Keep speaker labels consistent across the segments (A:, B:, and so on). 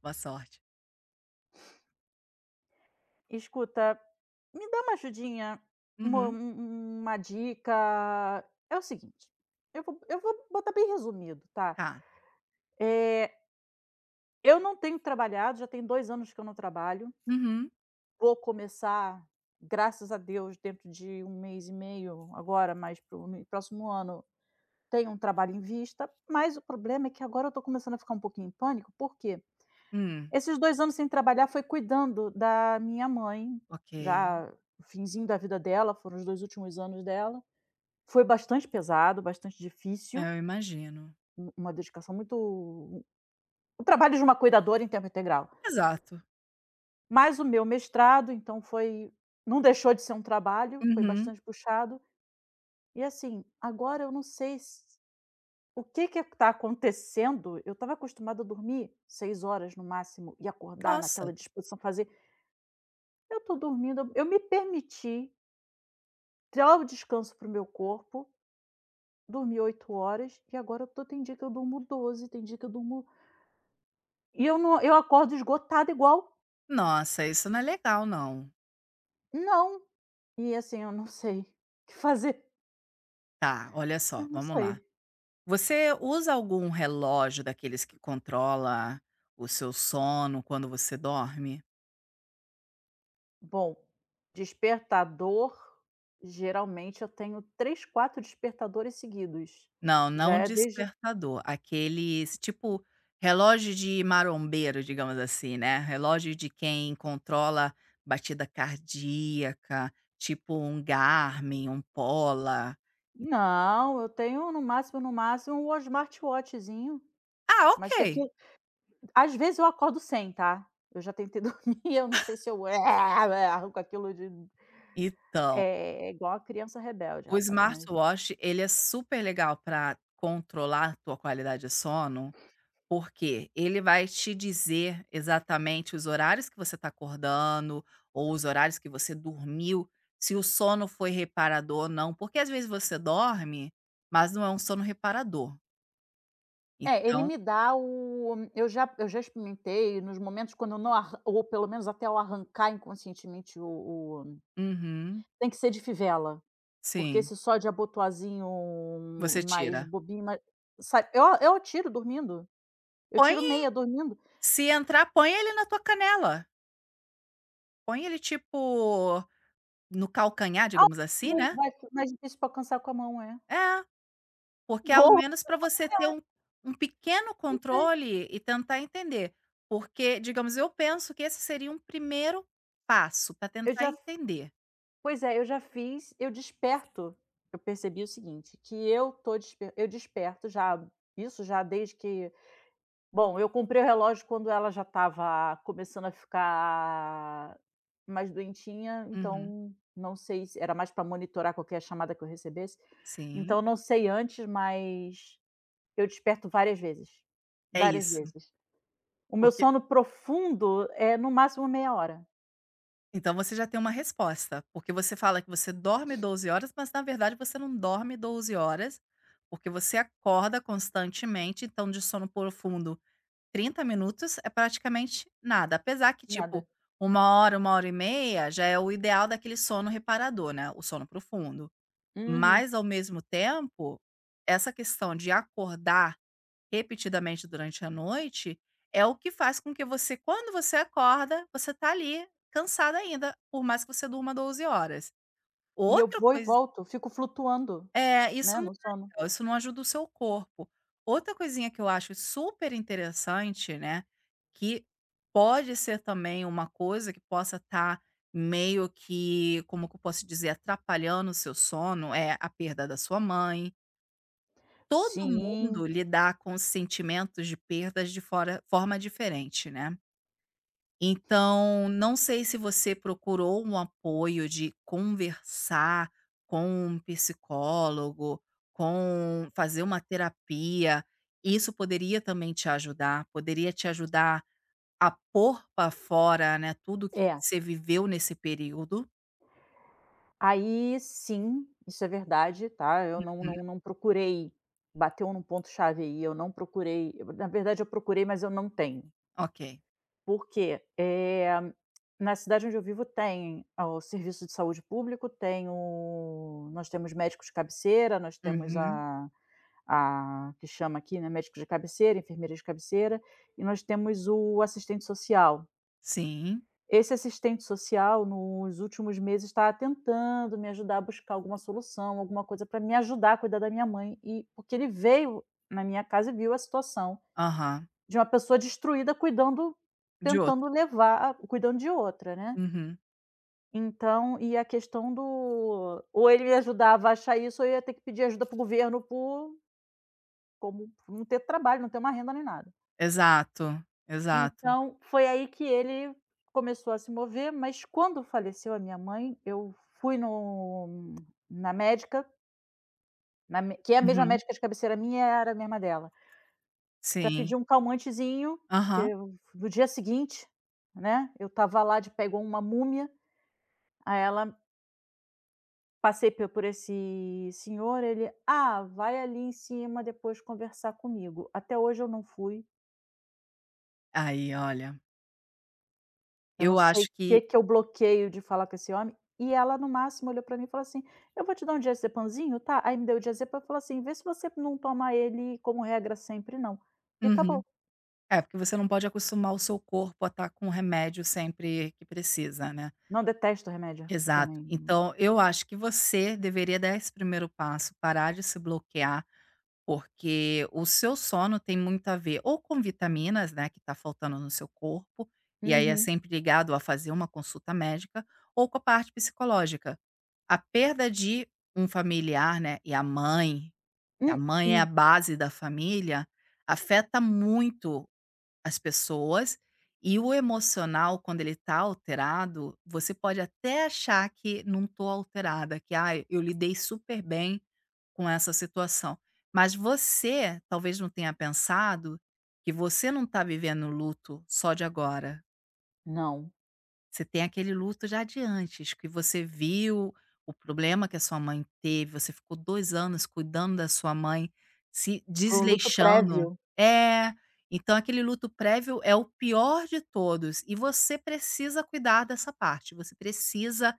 A: Boa sorte.
B: Escuta, me dá uma ajudinha, uma
A: Uhum.
B: um uma dica. É o seguinte, eu vou botar bem resumido, tá.
A: Tá.
B: Eh, eu não tenho trabalhado, já tem 2 anos que eu não trabalho.
A: Uhum.
B: Vou começar, graças a Deus, dentro de 1 mês e meio, agora mais para o próximo ano, tenho um trabalho em vista, mas o problema é que agora eu estou começando a ficar um pouquinho em pânico, porque...
A: Hum.
B: Esses 2 anos sem trabalhar foi cuidando da minha mãe,
A: Ok.
B: já finzinho da vida dela, foram os 2 últimos anos dela. Foi bastante pesado, bastante difícil,
A: É, eu imagino.
B: u uma dedicação muito... o trabalho de uma cuidadora em tempo integral.
A: Exato.
B: Mas o meu mestrado, então foi... não deixou de ser um trabalho, foi
A: Uhum.
B: bastante puxado. E assim, agora eu não sei s o que está acontecendo, eu estava acostumada a dormir 6 horas no máximo e acordar
A: Nossa,
B: naquela disposição, fazer... eu estou dormindo eu me permiti... Tchau descanso para o meu corpo, dormi 8 horas e agora eu tô... tem dia que eu durmo 12, tem dia que eu durmo... e eu não... eu acordo esgotada igual...
A: isso não é legal não.
B: não. E assim, eu não sei o que fazer,
A: Tá, olha só,
B: eu não
A: vamos lá.
B: sei.
A: Você usa algum relógio daqueles que controla o seu sono quando você dorme?
B: Bom, despertador, geralmente eu tenho 3 4 despertadores seguidos.
A: Não,
B: Já
A: não
B: é desde...
A: despertador, aqueles tipo relógio de marombeiro, digamos assim, né, relógio de quem controla batida cardíaca, tipo um Garmin, um Pola.
B: não, eu tenho no máximo, no máximo, o smartwatchzinho,
A: Ah, ok.
B: mas que aqui... Às vezes eu acordo sem, tá. Eu já tentei dormir, eu não sei se eu arranco aquilo de...
A: Então,
B: é igual a criança rebelde,
A: o
B: rapaz, mas...
A: smartwatch ele é super legal para controlar a tua qualidade de sono. Porque ele vai te dizer exatamente os horários que você está acordando ou os horários que você dormiu, se o sono foi reparador ou não, porque às vezes você dorme, mas não é um sono reparador.
B: É, ele
A: Então
B: me dá o... eu já... eu já experimentei nos momentos quando eu não arran... ou pelo menos até eu arrancar inconscientemente o
A: uhum,
B: tem que ser de fivela, porque
A: sim,
B: esse só de abotoazinho
A: você
B: mais
A: tira.
B: bobinho, mais... sabe, eu tiro dormindo, eu
A: Põe
B: tiro meia dormindo.
A: se entrar, põe ele na tua canela, põe ele tipo no calcanhar,
B: Ah,
A: digamos assim,
B: não,
A: né.
B: vai ficar mais difícil para alcançar com a mão, é.
A: É. Porque ao
B: Porra,
A: menos para você ter um pequeno controle e tentar entender, porque, digamos, eu penso que esse seria um primeiro passo para
B: eu
A: tentar
B: já
A: entender.
B: Pois é, eu já fiz, eu desperto... eu percebi o seguinte, que eu tô desper... eu desperto já... isso já desde que... bom, eu comprei o relógio quando ela já estava começando a ficar mais doentinha,
A: Uhum,
B: então não sei se era mais para monitorar qualquer chamada que eu recebesse,
A: sim,
B: então não sei antes, mas eu desperto várias vezes,
A: é
B: várias
A: isso,
B: vezes. O meu
A: porque
B: sono profundo é no máximo meia hora,
A: então você já tem uma resposta, porque você fala que você dorme 12 horas, mas na verdade você não dorme 12 horas, porque você acorda constantemente, então de sono profundo 30 minutos é praticamente nada, apesar que tipo,
B: nada.
A: uma hora e meia já é o ideal daquele sono reparador, né, o sono profundo.
B: Uhum.
A: Mas ao mesmo tempo, essa questão de acordar repetidamente durante a noite, é o que faz com que você quando você acorda, você tá ali cansada ainda, por mais que você durma 12 horas.
B: E eu
A: Outra
B: vou e
A: coisa
B: volto, fico flutuando,
A: é, isso
B: né,
A: não
B: no
A: é
B: sono.
A: legal, isso não ajuda o seu corpo. Outra coisinha que eu acho super interessante, né, que pode ser também uma coisa que possa estar meio que, como que eu posso dizer, atrapalhando o seu sono, é a perda da sua mãe. Todo mundo
B: Sim,
A: lidar com sentimentos de perdas de forma diferente, né? Então, não sei se você procurou um apoio de conversar com um psicólogo, com fazer uma terapia. Isso poderia também te ajudar, poderia te ajudar a pôr para fora, né, tudo que
B: é.
A: você viveu nesse período.
B: Aí sim, isso é verdade, tá, eu não
A: Uhum.
B: não não procurei, bateu num ponto chave aí, eu não procurei eu- na verdade eu procurei, mas eu não tenho.
A: Ok.
B: Por quê? Na cidade onde eu vivo tem o serviço de saúde público, tem o nós temos médicos de cabeceira, nós temos
A: Uhum.
B: a que chama aqui, né, médicos de cabeceira, enfermeiras de cabeceira, e nós temos o assistente social.
A: Sim.
B: Esse assistente social, nos últimos meses, está tentando me ajudar a buscar alguma solução, alguma coisa para me ajudar a cuidar da minha mãe, e porque ele veio na minha casa e viu a situação
A: Aham.
B: de uma pessoa destruída cuidando...
A: De outro.
B: tentando levar... cuidando de outra, né.
A: Uhum.
B: Então e a questão do... ou ele me ajudava a achar isso, ou eu ia ter que pedir ajuda para o governo por... como por não ter trabalho, não ter uma renda nem nada.
A: Exato, exato.
B: Então, foi aí que ele começou a se mover, mas quando faleceu a minha mãe, eu fui no na médica, na me que é a mesma
A: Uhum.
B: médica de cabeceira minha, era a mesma dela, para
A: Sim.
B: pedir um calmantezinho, porque
A: Aham.
B: eu no dia seguinte, né, eu tava lá de... pegou uma múmia, aí ela... passei pe por esse senhor, ele: "Ah, vai ali em cima depois conversar comigo". Até hoje eu não fui.
A: Aí, olha,
B: Eu não
A: eu
B: sei o
A: acho que
B: que que eu bloqueio de falar com esse homem. E ela no máximo olhou para mim e falou assim: "Eu vou te dar um diazepamzinho, tá?". Aí me deu o diazepam e falou assim: "Vê se você não toma ele como regra sempre não". E
A: uhum.
B: acabou.
A: É, porque você não pode acostumar o seu corpo a estar com o remédio sempre que precisa, né.
B: Não, detesto remédio. Eu
A: Exato.
B: também.
A: Então eu acho que você deveria dar esse primeiro passo, parar de se bloquear, porque o seu sono tem muito a ver ou com vitaminas, né, que está faltando no seu corpo, e aí é
B: Uhum.
A: sempre ligado a fazer uma consulta médica, ou com a parte psicológica. A perda de um familiar, né, e a mãe, que a mãe é a
B: Mm-mm.
A: base da família, afeta muito as pessoas, e o emocional quando ele tá alterado, você pode até achar que não tô alterada, que ah eu lidei super bem com essa situação", mas você talvez não tenha pensado que você não está vivendo o luto só de agora.
B: Não.
A: Você tem aquele luto já de antes, que você viu o problema que a sua mãe teve, você ficou 2 anos cuidando da sua mãe, se
B: Foi um luto
A: desleixando.
B: prévio.
A: É, então aquele luto prévio é o pior de todos e você precisa cuidar dessa parte, você precisa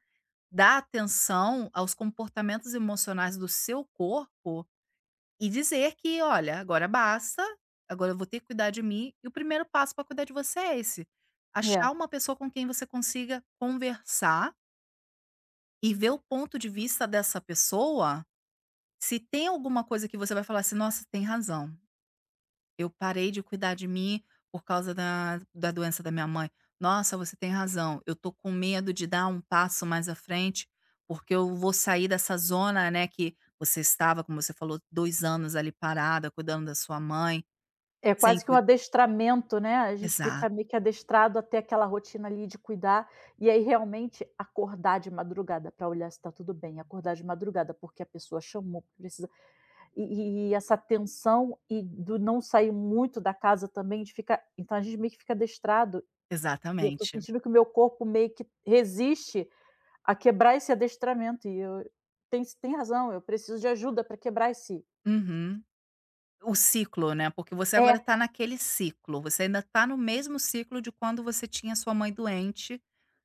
A: dar atenção aos comportamentos emocionais do seu corpo e dizer que: "Olha, agora basta, agora eu vou ter que cuidar de mim, e o primeiro passo para cuidar de você é esse".
B: É.
A: Achar uma pessoa com quem você consiga conversar e ver o ponto de vista dessa pessoa, se tem alguma coisa que você vai falar assim: "Nossa, tem razão, eu parei de cuidar de mim por causa da doença da minha mãe. Nossa, você tem razão, eu tô com medo de dar um passo mais à frente, porque eu vou sair dessa zona, né, que você estava", como você falou, 2 anos ali parada, cuidando da sua mãe.
B: É
A: Sem
B: quase que
A: cu
B: um adestramento, né, a gente fica
A: exato,
B: meio que adestrado até aquela rotina ali de cuidar, e aí realmente acordar de madrugada para olhar se está tudo bem, acordar de madrugada porque a pessoa chamou, precisa... essa tensão e do não sair muito da casa também, de ficar, então a gente meio que fica adestrado. E eu tô
A: exatamente.
B: sentindo que o meu corpo meio que resiste a quebrar esse adestramento. E eu... tem razão, eu preciso de ajuda para quebrar esse.
A: Uhum. O ciclo, né, porque você agora
B: É,
A: está naquele ciclo, você ainda está no mesmo ciclo de quando você tinha sua mãe doente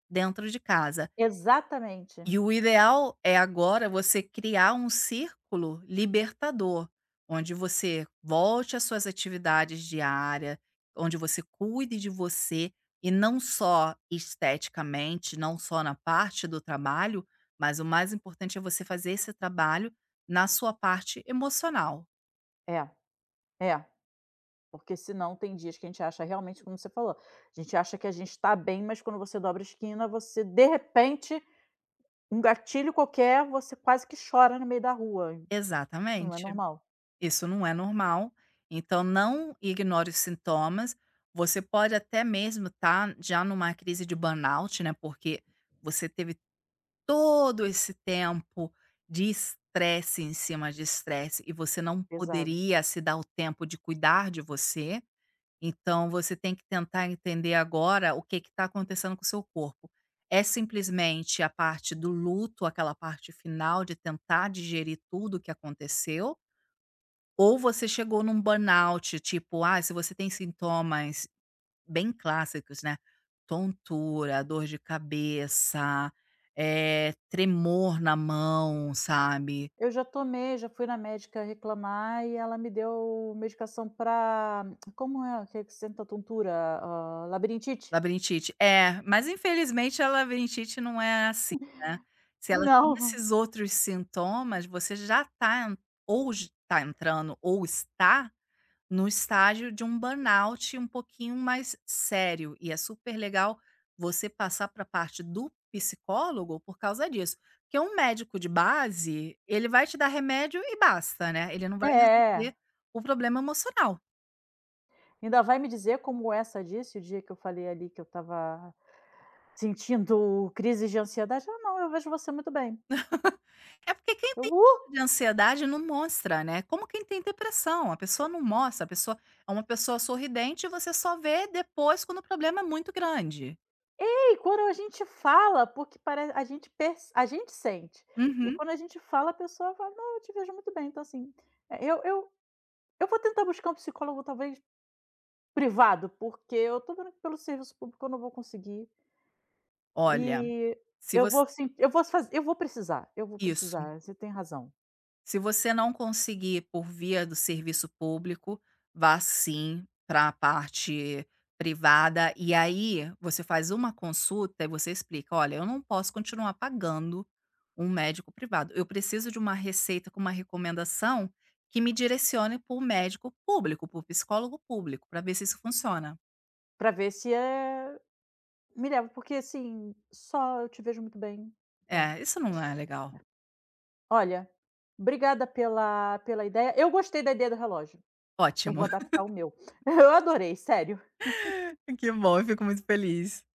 A: dentro de casa.
B: exatamente.
A: E o ideal é agora você criar um círculo libertador, onde você volte às suas atividades diárias, onde você cuide de você e não só esteticamente, não só na parte do trabalho, mas o mais importante é você fazer esse trabalho na sua parte emocional.
B: É, é. Porque senão tem dias que a gente acha realmente, como você falou, a gente acha que a gente está bem, mas quando você dobra a esquina, você, de repente, um gatilho qualquer, você quase que chora no meio da rua. Isso não é
A: Exatamente.
B: normal.
A: Isso não é normal, então não ignore os sintomas. Você pode até mesmo estar já numa crise de burnout, né? Porque você teve todo esse tempo de estresse em cima de estresse e você não
B: Pesado.
A: poderia se dar o tempo de cuidar de você. Então você tem que tentar entender agora o que está acontecendo com o seu corpo. É simplesmente a parte do luto, aquela parte final de tentar digerir tudo o que aconteceu? Ou você chegou num burnout, tipo, ah, se você tem sintomas bem clássicos, né, tontura, dor de cabeça, tremor na mão, sabe,
B: Eu já tomei, já fui na médica reclamar e ela me deu medicação para... como é que senta tontura? Hã, labirintite?
A: labirintite. É, mas infelizmente a labirintite não é assim, né. Se ela tem
B: Não.
A: esses outros sintomas, você já tá en ou está entrando ou está no estágio de um burnout um pouquinho mais sério, e é super legal você passar para a parte do psicólogo por causa disso. Porque um médico de base, ele vai te dar remédio e basta, né, ele não
B: É,
A: vai
B: é.
A: resolver o problema emocional.
B: Ainda vai me dizer como essa disse, o dia que eu falei ali que eu estava sentindo crise de ansiedade: "Ah, não, eu vejo você muito bem".
A: É porque quem
B: Eu:
A: tem
B: "Uh!".
A: de ansiedade não mostra, né, como quem tem depressão, a pessoa não mostra, a pessoa é uma pessoa sorridente e você só vê depois quando o problema é muito grande.
B: E quando a gente fala, porque parece a gente perce... a gente sente, e
A: Uhum.
B: quando a gente fala, a pessoa fala: "Não, eu te vejo muito bem". Então assim, eh, eu eu eu vou tentar buscar um psicólogo talvez privado, porque eu tô vendo que pelo serviço público eu não vou conseguir...
A: Olha,
B: e
A: se você
B: eu vou
A: isso.
B: precisar, você tem razão.
A: Se você não conseguir por via do serviço público, vá sim para a parte privada e aí você faz uma consulta e você explica: "Olha, eu não posso continuar pagando um médico privado. Eu preciso de uma receita com uma recomendação que me direcione para o médico público, para o psicólogo público, para ver se isso funciona".
B: Pra ver se, é. Me leva, porque assim, só eu te vejo muito bem, então,
A: É, isso não é legal.
B: olha, obrigada pela ideia. Eu gostei da ideia do relógio, eu
A: Ótimo,
B: vou adaptar o meu. Eu adorei, sério.
A: que bom, eu fico muito feliz.